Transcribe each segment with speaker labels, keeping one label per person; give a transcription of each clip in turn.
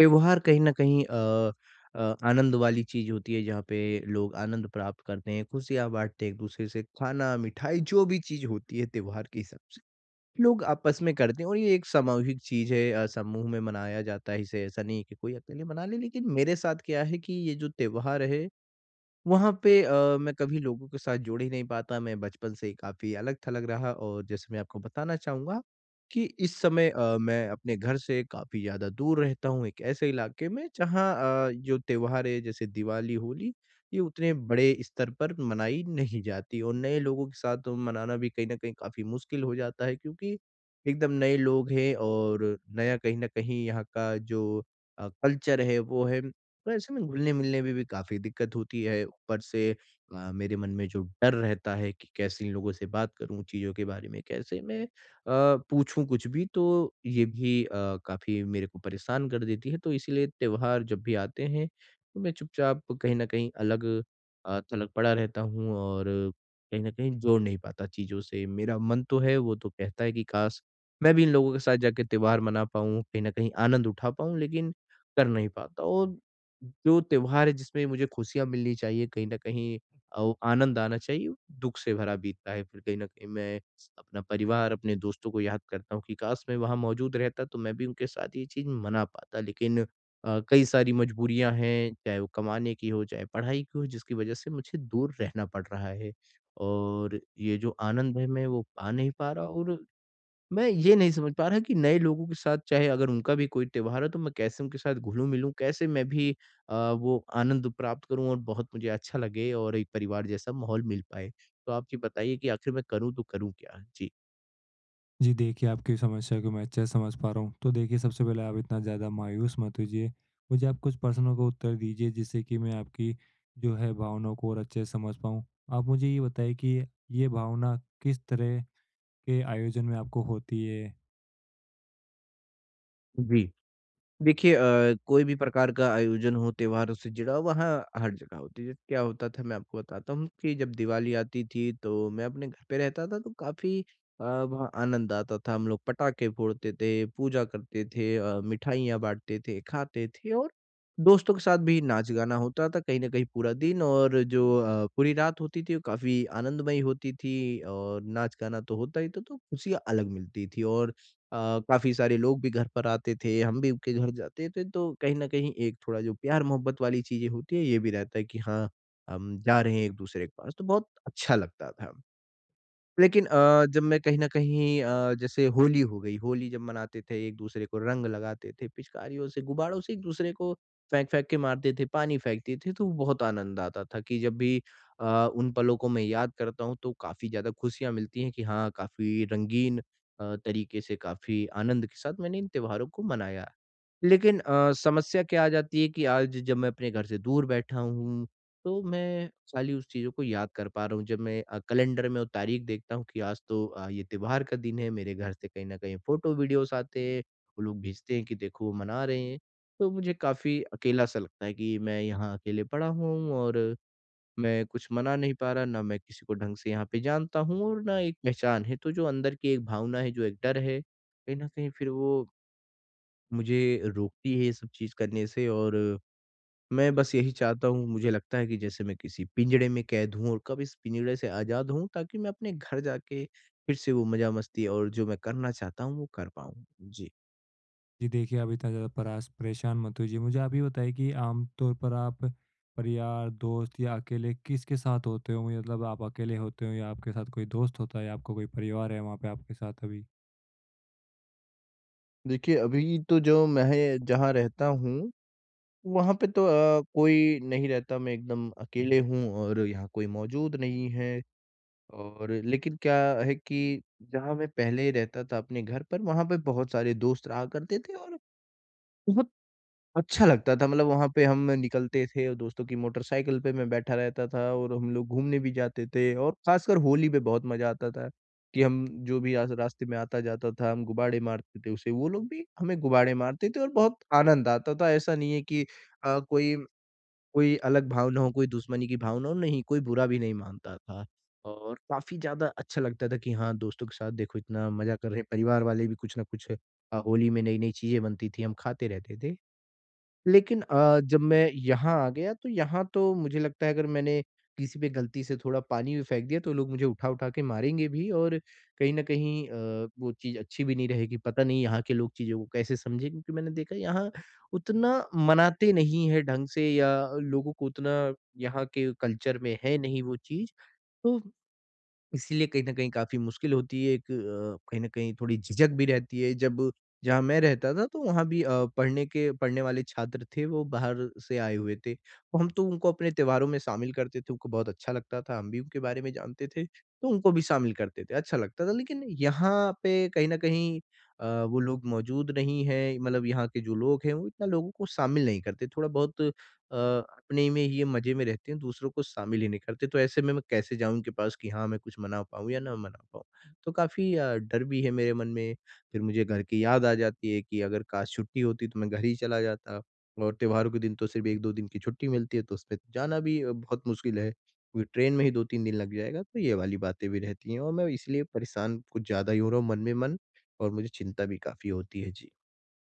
Speaker 1: व्यवहार कहीं न कहीं आनंद वाली चीज़ होती है जहाँ पे लोग आनंद प्राप्त करते हैं, खुशियाँ बाँटते हैं एक-दूसरे से, खाना, मिठाई जो भी चीज़ होती है त्योहार के हिसाब से, लोग आपस में करते हैं और ये एक सामूहिक चीज़ है, समूह में मनाया जाता है इसे, ऐसा नहीं है कि कोई अकेले मना ले। लेकिन मेरे साथ क्या है कि ये जो त्योहार है वहाँ पे मैं कभी लोगों के साथ जुड़ ही नहीं पाता, मैं बचपन से ही काफ़ी अलग-थलग रहा और जैसे मैं आपको बताना चाहूँगा कि इस समय मैं अपने घर से काफ़ी ज़्यादा दूर रहता हूँ, एक ऐसे इलाके में जहाँ जो त्योहार है जैसे दिवाली, होली, ये उतने बड़े स्तर पर मनाई नहीं जाती और नए लोगों के साथ तो मनाना भी कहीं न कहीं काफ़ी मुश्किल हो जाता है क्योंकि एकदम नए लोग हैं और नया कहीं न कहीं यहाँ का जो कल्चर है, वो है। तो ऐसे में घुलने-मिलने में भी काफ़ी दिक्कत होती है। ऊपर से मेरे मन में जो डर रहता है कि कैसे इन लोगों से बात करूँ, चीज़ों के बारे में कैसे मैं पूछूँ कुछ भी, तो ये भी काफ़ी मेरे को परेशान कर देती है। तो इसीलिए त्योहार जब भी आते हैं, तो मैं चुपचाप कहीं न कहीं अलग अ, थलग पड़ा रहता हूँ और कहीं न कहीं जोड़ नहीं पाता चीज़ों से। मेरा मन तो है, वो तो कहता है कि काश मैं भी इन लोगों के साथ जाके त्योहार मना पाऊँ, कहीं न कहीं आनंद उठा पाऊँ, लेकिन कर नहीं पाता और जो त्योहार है जिसमें मुझे खुशियाँ मिलनी चाहिए, कहीं न कहीं औ आनंद आना चाहिए, दुःख से भरा बीतता है। फिर कहीं न कहीं मैं अपना परिवार, अपने दोस्तों को याद करता हूँ कि काश मैं वहाँ मौजूद रहता तो मैं भी उनके साथ ये चीज़ मना पाता। लेकिन कई सारी मजबूरियाँ हैं, चाहे वो कमाने की हो, चाहे पढ़ाई की हो, जिसकी वज़ह से मुझे दूर रहना पड़ रहा है। और ये जो आनंद है मैं वो पा नहीं पा रहा और मैं ये नहीं समझ पा रहा कि नए लोगों के साथ चाहे अगर उनका भी कोई त्योहार है तो मैं कैसे उनके साथ घुलूँ-मिलूँ? कैसे मैं भी वो आनंद प्राप्त करूँ और बहुत मुझे अच्छा लगे और एक परिवार जैसा माहौल मिल पाए? तो आप जी बताइए कि आखिर मैं करूँ तो करूँ क्या? जी।
Speaker 2: जी देखिए, आपकी समस्या को मैं अच्छे से समझ पा रहा हूँ। तो देखिए, सबसे पहले आप इतना ज़्यादा मायूस मत होइए। मुझे आप कुछ प्रश्नों का उत्तर दीजिए जिससे कि मैं आपकी जो है भावनाओं को और अच्छे से समझ पाऊँ। आप मुझे ये बताइए कि ये भावना किस तरह के आयोजन में आपको होती है?
Speaker 1: जी। देखिए, कोई भी प्रकार का आयोजन हो त्योहारों से जुड़ा, वहाँ हर जगह होती है। क्या होता था मैं आपको बताता हूँ कि जब दिवाली आती थी तो मैं अपने घर पे रहता था तो काफ़ी वहाँ आनंद आता था। हम लोग पटाखे फोड़ते थे, पूजा करते थे, मिठाइयाँ बाँटते थे, खाते थे और दोस्तों के साथ भी नाच-गाना होता था कहीं न कहीं पूरा दिन और जो पूरी रात होती थी वो काफ़ी आनंदमयी होती थी और नाच-गाना तो होता ही था तो खुशियाँ अलग मिलती थी और अ, काफ़ी सारे लोग भी घर पर आते थे, हम भी उनके घर जाते थे, तो कहीं न कहीं एक थोड़ा जो प्यार-मोहब्बत वाली चीज़ें होती है, ये भी रहता है कि हाँ, हम जा रहे हैं एक-दूसरे के पास, तो बहुत अच्छा लगता था। लेकिन जब मैं कहीं न कहीं जैसे होली हो गई, होली जब मनाते थे, एक-दूसरे को रंग लगाते थे, पिचकारियों से, गुब्बारों से एक-दूसरे को फेंक-फेंक के मारते थे, पानी फेंकते थे, तो बहुत आनंद आता था कि जब भी अ, उन पलों को मैं याद करता हूँ, तो काफ़ी ज़्यादा खुशियाँ मिलती हैं कि हाँ, काफ़ी रंगीन तरीके से, काफ़ी आनंद के साथ मैंने इन त्योहारों को मनाया। लेकिन समस्या क्या आ जाती है कि आज जब मैं अपने घर से दूर बैठा हूँ, तो मैं खाली उस चीज़ों को याद कर पा रहा हूँ। जब मैं कैलेंडर में वो तारीख देखता हूँ कि आज तो ये त्योहार का दिन है, मेरे घर से कहीं न कहीं फ़ोटो, वीडियोज़ आते हैं, वो लोग भेजते हैं कि देखो वो मना रहे हैं। तो मुझे काफ़ी अकेला-सा लगता है कि मैं यहाँ अकेले पड़ा हुआ हूँ और मैं कुछ मना नहीं पा रहा, ना मैं किसी को ढंग से यहाँ पे जानता हूँ और ना एक पहचान है। तो जो अंदर की एक भावना है, जो एक डर है, कहीं न कहीं फिर वो मुझे रोकती है ये सब चीज़ करने से और मैं बस यही चाहता हूँ, मुझे लगता है कि जैसे मैं किसी पिंजड़े में कैद हूँ और कब इस पिंजड़े से आज़ाद हूँ ताकि मैं अपने घर जाके फिर से वो मज़ा मस्ती और जो मैं करना चाहता हूँ वो कर पाऊँ। जी।
Speaker 2: जी देखिए, आप इतना ज़्यादा परास परेशान मत होइए। मुझे आप ये बताइए कि आमतौर पर आप परिवार, दोस्त या अकेले किसके साथ होते हो? मतलब आप अकेले होते हो या आपके साथ कोई दोस्त होता है या आपका कोई परिवार है वहाँ पे आपके साथ अभी?
Speaker 1: देखिए, अभी तो जो मैं जहाँ रहता हूँ, वहाँ पे तो कोई नहीं रहता, मैं एकदम अकेले हूँ और यहाँ कोई मौजूद नहीं है। और लेकिन क्या है कि जहाँ मैं पहले रहता था अपने घर पर, वहाँ पे बहुत सारे दोस्त रहा करते थे और अच्छा लगता था, मतलब वहाँ पे हम निकलते थे और दोस्तों की मोटरसाइकिल पे मैं बैठा रहता था और हम लोग घूमने भी जाते थे और ख़ासकर होली पे बहुत मज़ा आता था कि हम जो भी आस रास्ते में आता जाता था हम गुब्बारे मारते थे उसे, वो लोग भी हमें गुब्बारे मारते थे और बहुत आनंद आता था। ऐसा नहीं है कि अ, कोई कोई अलग भावना हो, कोई दुश्मनी की भावना हो, नहीं कोई बुरा भी नहीं मानता था। और काफ़ी ज़्यादा अच्छा लगता था कि हाँ, दोस्तों के साथ देखो इतना मज़ा कर रहे हैं, परिवार वाले भी कुछ ना कुछ होली में नई-नई चीज़ें बनती थी, हम खाते रहते थे। लेकिन जब मैं यहाँ आ गया तो यहाँ तो मुझे लगता है अगर मैंने किसी पे गलती से थोड़ा पानी भी फेंक दिया तो लोग मुझे उठा-उठा के मारेंगे भी और कहीं न कहीं वो चीज़ अच्छी भी नहीं रहेगी। पता नहीं यहाँ के लोग चीज़ों को कैसे समझें, क्योंकि मैंने देखा यहाँ उतना मनाते नहीं हैं ढंग से या लोगों को उतना यहाँ के कल्चर में है नहीं वो चीज़। तो इसीलिए कहीं न कहीं काफ़ी मुश्किल होती है, एक कहीं न कहीं थोड़ी झिझक भी रहती है। जब जहाँ मैं रहता था, तो वहाँ भी पढ़ने वाले छात्र थे, वो बाहर से आए हुए थे। तो हम तो उनको अपने त्योहारों में शामिल करते थे, उनको बहुत अच्छा लगता था, हम भी उनके बारे में जानते थे, तो उनको भी शामिल करते थे, अच्छा लगता था। लेकिन यहाँ पे कहीं न कहीं वो लोग मौजूद नहीं हैं, मतलब यहाँ के जो लोग हैं, वो इतना लोगों को शामिल नहीं करते। थोड़ा बहुत अपने में ही ये मज़े में रहते हैं, दूसरों को शामिल ही नहीं करते। तो ऐसे में मैं कैसे जाऊँ उनके पास कि हाँ, मैं कुछ मना पाऊँ या ना मना पाऊँ। तो काफ़ी डर भी है मेरे मन में। फिर मुझे घर की याद आ जाती है कि अगर काश छुट्टी होती तो मैं घर ही चला जाता और त्योहारों के दिन तो सिर्फ़ 1-2 दिन की छुट्टी मिलती है, तो उसमें तो जाना भी बहुत मुश्किल है। क्योंकि ट्रेन में ही 2-3 दिन लग जाएगा, तो ये वाली बातें भी रहती हैं और मैं इसलिए परेशान कुछ ज़्यादा ही हो रहा हूँ मन में मन, और मुझे चिंता भी काफ़ी होती है। जी।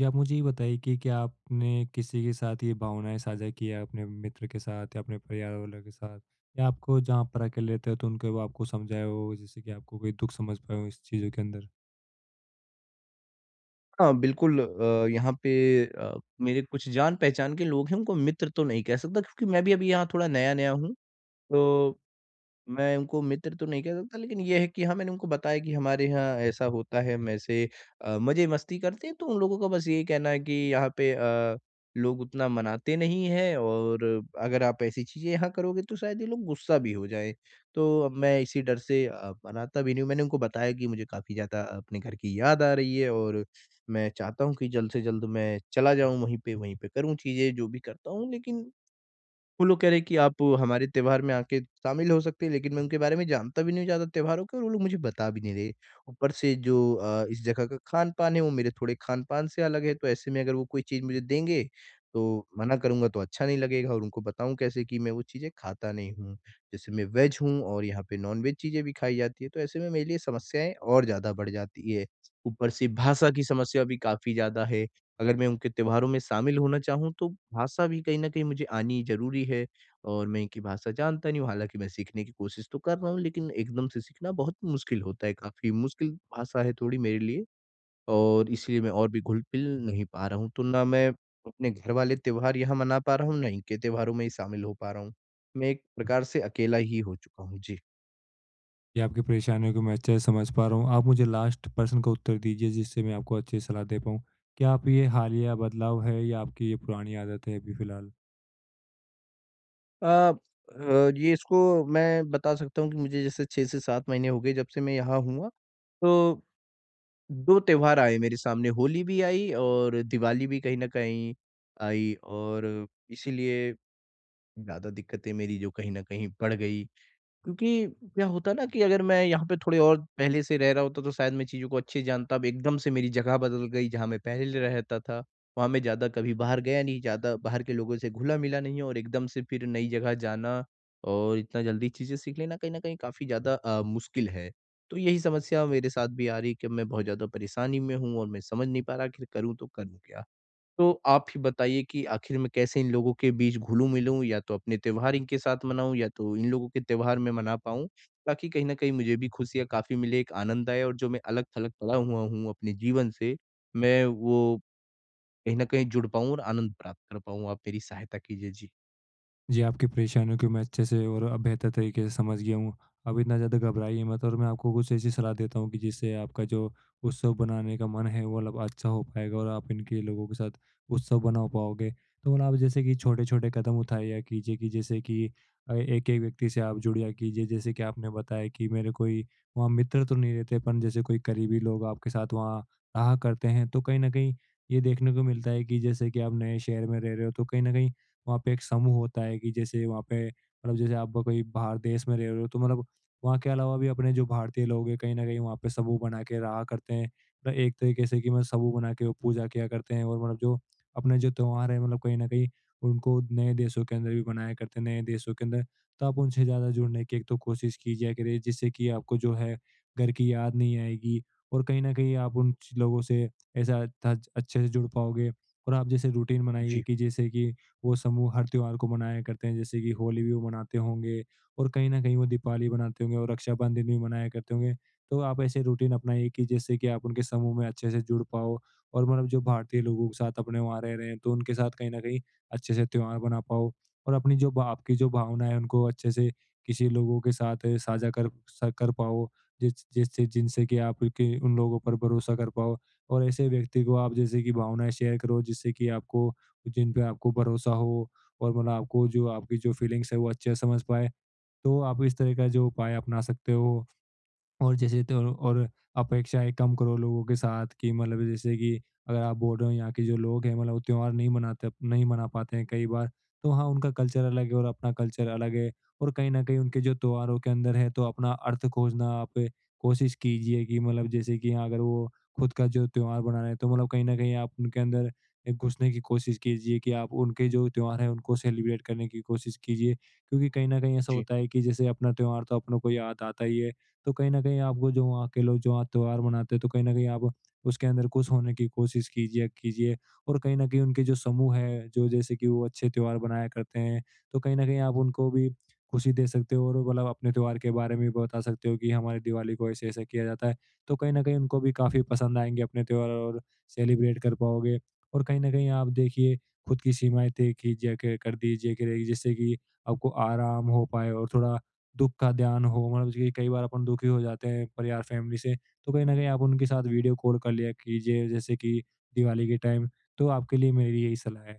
Speaker 2: या आप मुझे ये बताइए कि क्या आपने किसी के साथ ये भावनाएँ साझा की है अपने मित्र के साथ या अपने परिवार वालों के साथ? या आपको जहाँ पर अकेले रहते हो तो उनके वो आपको समझाए हो, जैसे कि आपको कोई दुःख समझ पाए हो इस चीज़ों के अंदर?
Speaker 1: हाँ, बिल्कुल। यहाँ पे अ, मेरे कुछ जान-पहचान के लोग हैं, उनको मित्र तो नहीं कह सकता क्योंकि मैं भी अभी यहाँ थोड़ा नया-नया हूँ। तो मैं उनको मित्र तो नहीं कह सकता, लेकिन ये है कि हाँ, मैंने उनको बताया कि हमारे यहाँ ऐसा होता है, हम ऐसे मज़े-मस्ती करते हैं। तो उन लोगों का बस यही कहना है कि यहाँ पे लोग उतना मनाते नहीं हैं और अगर आप ऐसी चीज़ें यहाँ करोगे तो शायद ये लोग गुस्सा भी हो जाएँ। तो अब मैं इसी डर से मनाता भी नहीं हूँ। मैंने उनको बताया कि मुझे काफ़ी ज़्यादा अपने घर की याद आ रही है और मैं चाहता हूँ कि जल्द से जल्द मैं चला जाऊँ वहीं पे करूँ चीज़ें जो भी करता हूँ, लेकिन वो लोग कह रहे हैं कि आप हमारे त्योहार में आके शामिल हो सकते हैं, लेकिन मैं उनके बारे में जानता भी नहीं हूँ ज़्यादा त्योहारों के, और वो लोग मुझे बता भी नहीं रहे। ऊपर से जो इस जगह का खान-पान है वो मेरे थोड़े खान-पान से अलग है, तो ऐसे में अगर वो कोई चीज़ मुझे देंगे, तो मना करूँगा तो अच्छा नहीं लगेगा और उनको बताऊँ कैसे कि मैं वो चीज़ें खाता नहीं हूँ। जैसे मैं वेज हूँ और यहाँ पे नॉन-वेज चीज़ें भी खाई जाती है, तो ऐसे में मेरे लिए समस्याएँ और ज़्यादा बढ़ जाती है। ऊपर से भाषा की समस्या भी काफ़ी ज़्यादा है। अगर मैं उनके त्योहारों में शामिल होना चाहूँ तो भाषा भी कहीं न कहीं मुझे आनी ज़रूरी है और मैं इनकी भाषा जानता नहीं हूँ, हालाँकि मैं सीखने की कोशिश तो कर रहा हूँ, लेकिन एकदम से सीखना बहुत मुश्किल होता है, काफ़ी मुश्किल भाषा है थोड़ी मेरे लिए और इसलिए मैं और भी घुल-मिल नहीं पा रहा हूँ। तो ना मैं अपने घर वाले त्योहार यहाँ मना पा रहा हूँ, ना इनके त्योहारों में ही शामिल हो पा रहा हूँ। मैं एक प्रकार से अकेला ही हो चुका हूँ। जी।
Speaker 2: या आपकी परेशानियों को मैं अच्छे से समझ पा रहा हूँ। आप मुझे लास्ट प्रश्न का उत्तर दीजिए जिससे मैं आपको अच्छी सलाह दे पाऊँ। क्या आप ये हालिया बदलाव है या आपकी ये पुरानी आदत है अभी फ़िलहाल?
Speaker 1: अ ये इसको मैं बता सकता हूँ कि मुझे जैसे 6 से 7 महीने हो गए जब से मैं यहाँ हूँ, तो 2 त्योहार आए मेरे सामने, होली भी आई और दिवाली भी कहीं न कहीं आई और इसीलिए ज़्यादा दिक्कतें मेरी जो कहीं न कहीं बढ़ गई। क्योंकि क्या होता ना कि अगर मैं यहाँ पे थोड़े और पहले से रह रहा होता तो शायद मैं चीज़ों को अच्छे से जानता। अब एकदम से मेरी जगह बदल गई, जहाँ मैं पहले रहता था, वहाँ मैं ज़्यादा कभी बाहर गया नहीं, ज़्यादा बाहर के लोगों से घुला-मिला नहीं और एकदम से फिर नई जगह जाना और इतना जल्दी चीज़ें सीख लेना कहीं न कहीं काफ़ी ज़्यादा मुश्किल है। तो यही समस्या मेरे साथ भी आ रही है कि मैं बहुत ज़्यादा परेशानी में हूँ और मैं समझ नहीं पा रहा आखिर करूँ तो करूँ क्या? तो आप ही बताइए कि आखिर मैं कैसे इन लोगों के बीच घुलूँ-मिलूँ या तो अपने त्योहार इनके साथ मनाऊँ या तो इन लोगों के त्योहार मैं मना पाऊँ, ताकि कहीं न कहीं मुझे भी खुशियाँ काफ़ी मिले, एक आनंद आए और जो मैं अलग-थलग पड़ा हुआ हूँ अपने जीवन से, मैं वो कहीं न कहीं जुड़ पाऊँ और आनंद प्राप्त कर पाऊँ। आप मेरी सहायता कीजिए। जी।
Speaker 2: जी, आपकी परेशानियों को मैं अच्छे से और बेहतर तरीके से समझ गया हूँ। आप इतना ज़्यादा घबराइए मत, और मैं आपको कुछ ऐसी सलाह देता हूँ कि जिससे आपका जो उत्सव बनाने का मन है, वो मतलब अच्छा हो पाएगा और आप इनके लोगों के साथ उत्सव बना पाओगे। तो मतलब आप जैसे कि छोटे-छोटे कदम उठाया कीजिए, कि जैसे कि एक-एक व्यक्ति से आप जुड़िया कीजिए। जैसे कि आपने बताया कि मेरे कोई वहाँ मित्र तो नहीं रहते, पर जैसे कोई करीबी लोग आपके साथ वहाँ रहा करते हैं। तो कहीं न कहीं ये देखने को मिलता है कि जैसे कि आप नए शहर में रह रहे हो, तो कहीं न कहीं वहाँ पे एक समूह होता है, कि जैसे वहाँ पे मतलब जैसे आप कोई बाहर देश में रह रहे हो, तो मतलब वहाँ के अलावा भी अपने जो भारतीय लोग हैं कहीं न कहीं वहाँ पे समूह बना के रहा करते हैं। मतलब एक तरीके से कि मतलब समूह बना के वो पूजा किया करते हैं, और मतलब जो अपने जो त्योहार है मतलब कहीं न कहीं उनको नए देशों के अंदर भी मनाया करते हैं, नए देशों के अंदर। तो आप उनसे ज़्यादा जुड़ने की एक तो कोशिश कीजिए करिए जिससे कि आपको जो है घर की याद नहीं आएगी, और कहीं न कहीं आप उन च लोगों से ऐसा थ अच्छे से जुड़ पाओगे। और आप जैसे रूटीन बनाइए
Speaker 1: जी,
Speaker 2: कि जैसे कि वो समूह हर त्योहार को मनाया करते हैं, जैसे कि होली भी वो मनाते होंगे और कहीं न कहीं वो दीपावली मनाते होंगे और रक्षाबंधन भी मनाया करते होंगे। तो आप ऐसे रूटीन अपनाइए कि जिससे कि आप उनके समूह में अच्छे से जुड़ पाओ, और मतलब जो भारतीय लोगों के साथ अपने वहाँ रह रहे हैं तो उनके साथ कहीं न कहीं अच्छे से त्योहार मना पाओ, और अपनी जो बा आपकी जो भावना है उनको अच्छे से किसी लोगों के साथ साझा कर पाओ, जिस जिससे जिनसे कि आप के उन लोगों पर भरोसा कर पाओ, और ऐसे व्यक्ति को आप जैसे कि भावनाएँ शेयर करो जिससे कि आपको, जिन पे आपको भरोसा हो, और मतलब आपको जो आपकी जो फीलिंग्स है वो अच्छे से समझ पाए। तो आप इस तरह का जो उपाय अपना सकते हो। और जैसे तो, और अपेक्षाएँ कम करो लोगों के साथ, कि मतलब जैसे कि अगर आप बोल रहे हो यहाँ के जो लोग हैं मतलब वो त्योहार नहीं मनाते, नहीं मना पाते हैं कई बार, तो हाँ, उनका कल्चर अलग है और अपना कल्चर अलग है, और कहीं न कहीं उनके जो त्योहारों के अंदर है तो अपना अर्थ खोजना आप कोशिश कीजिए, कि मतलब जैसे कि अगर वो खुद का जो त्योहार बना रहे हैं तो मतलब कहीं न कहीं आप उनके अंदर घुसने की कोशिश कीजिए, कि आप उनके जो त्योहार है उनको सेलिब्रेट करने की कोशिश कीजिए। क्योंकि कहीं न कहीं ऐसा
Speaker 1: जी।
Speaker 2: होता है कि जैसे अपना त्योहार तो अपनों को याद आता ही है। तो कहीं न कहीं आपको जो वहाँ के लोग जो वहाँ त्योहार मनाते हैं, तो कहीं न कहीं आप उसके अंदर खुश होने की कोशिश कीजिए कीजिए और कहीं न कहीं उनके जो समूह है, जो जैसे कि वो अच्छे त्योहार मनाया करते हैं, तो कहीं न कहीं आप उनको भी खुशी दे सकते हो, और मतलब अपने त्योहार के बारे में भी बता सकते हो कि हमारी दिवाली को ऐसे-ऐसे किया जाता है। तो कहीं न कहीं उनको भी काफ़ी पसंद आएँगे अपने त्योहार, और सेलिब्रेट कर पाओगे। और कहीं न कहीं आप देखिए, खुद की सीमाएँ तय कीजिए क कर दीजिए, कि जिससे कि आपको आराम हो पाए, और थोड़ा दुःख का ध्यान हो, मतलब जैसे कि कई बार अपन दुखी हो जाते हैं परिवार फैमिली से, तो कहीं न कहीं आप उनके साथ वीडियो कॉल कर लिया कीजिए जैसे कि दिवाली के टाइम। तो आपके लिए मेरी यही सलाह है।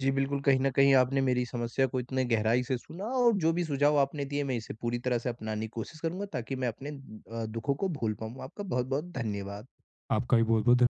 Speaker 1: जी, बिल्कुल, कहीं न कहीं आपने मेरी समस्या को इतने गहराई से सुना और जो भी सुझाव आपने दिए मैं इसे पूरी तरह से अपनाने की कोशिश करूँगा ताकि मैं अपने दुखों को भूल पाऊँ। आपका बहुत-बहुत धन्यवाद।
Speaker 2: आपका भी बहुत-बहुत ध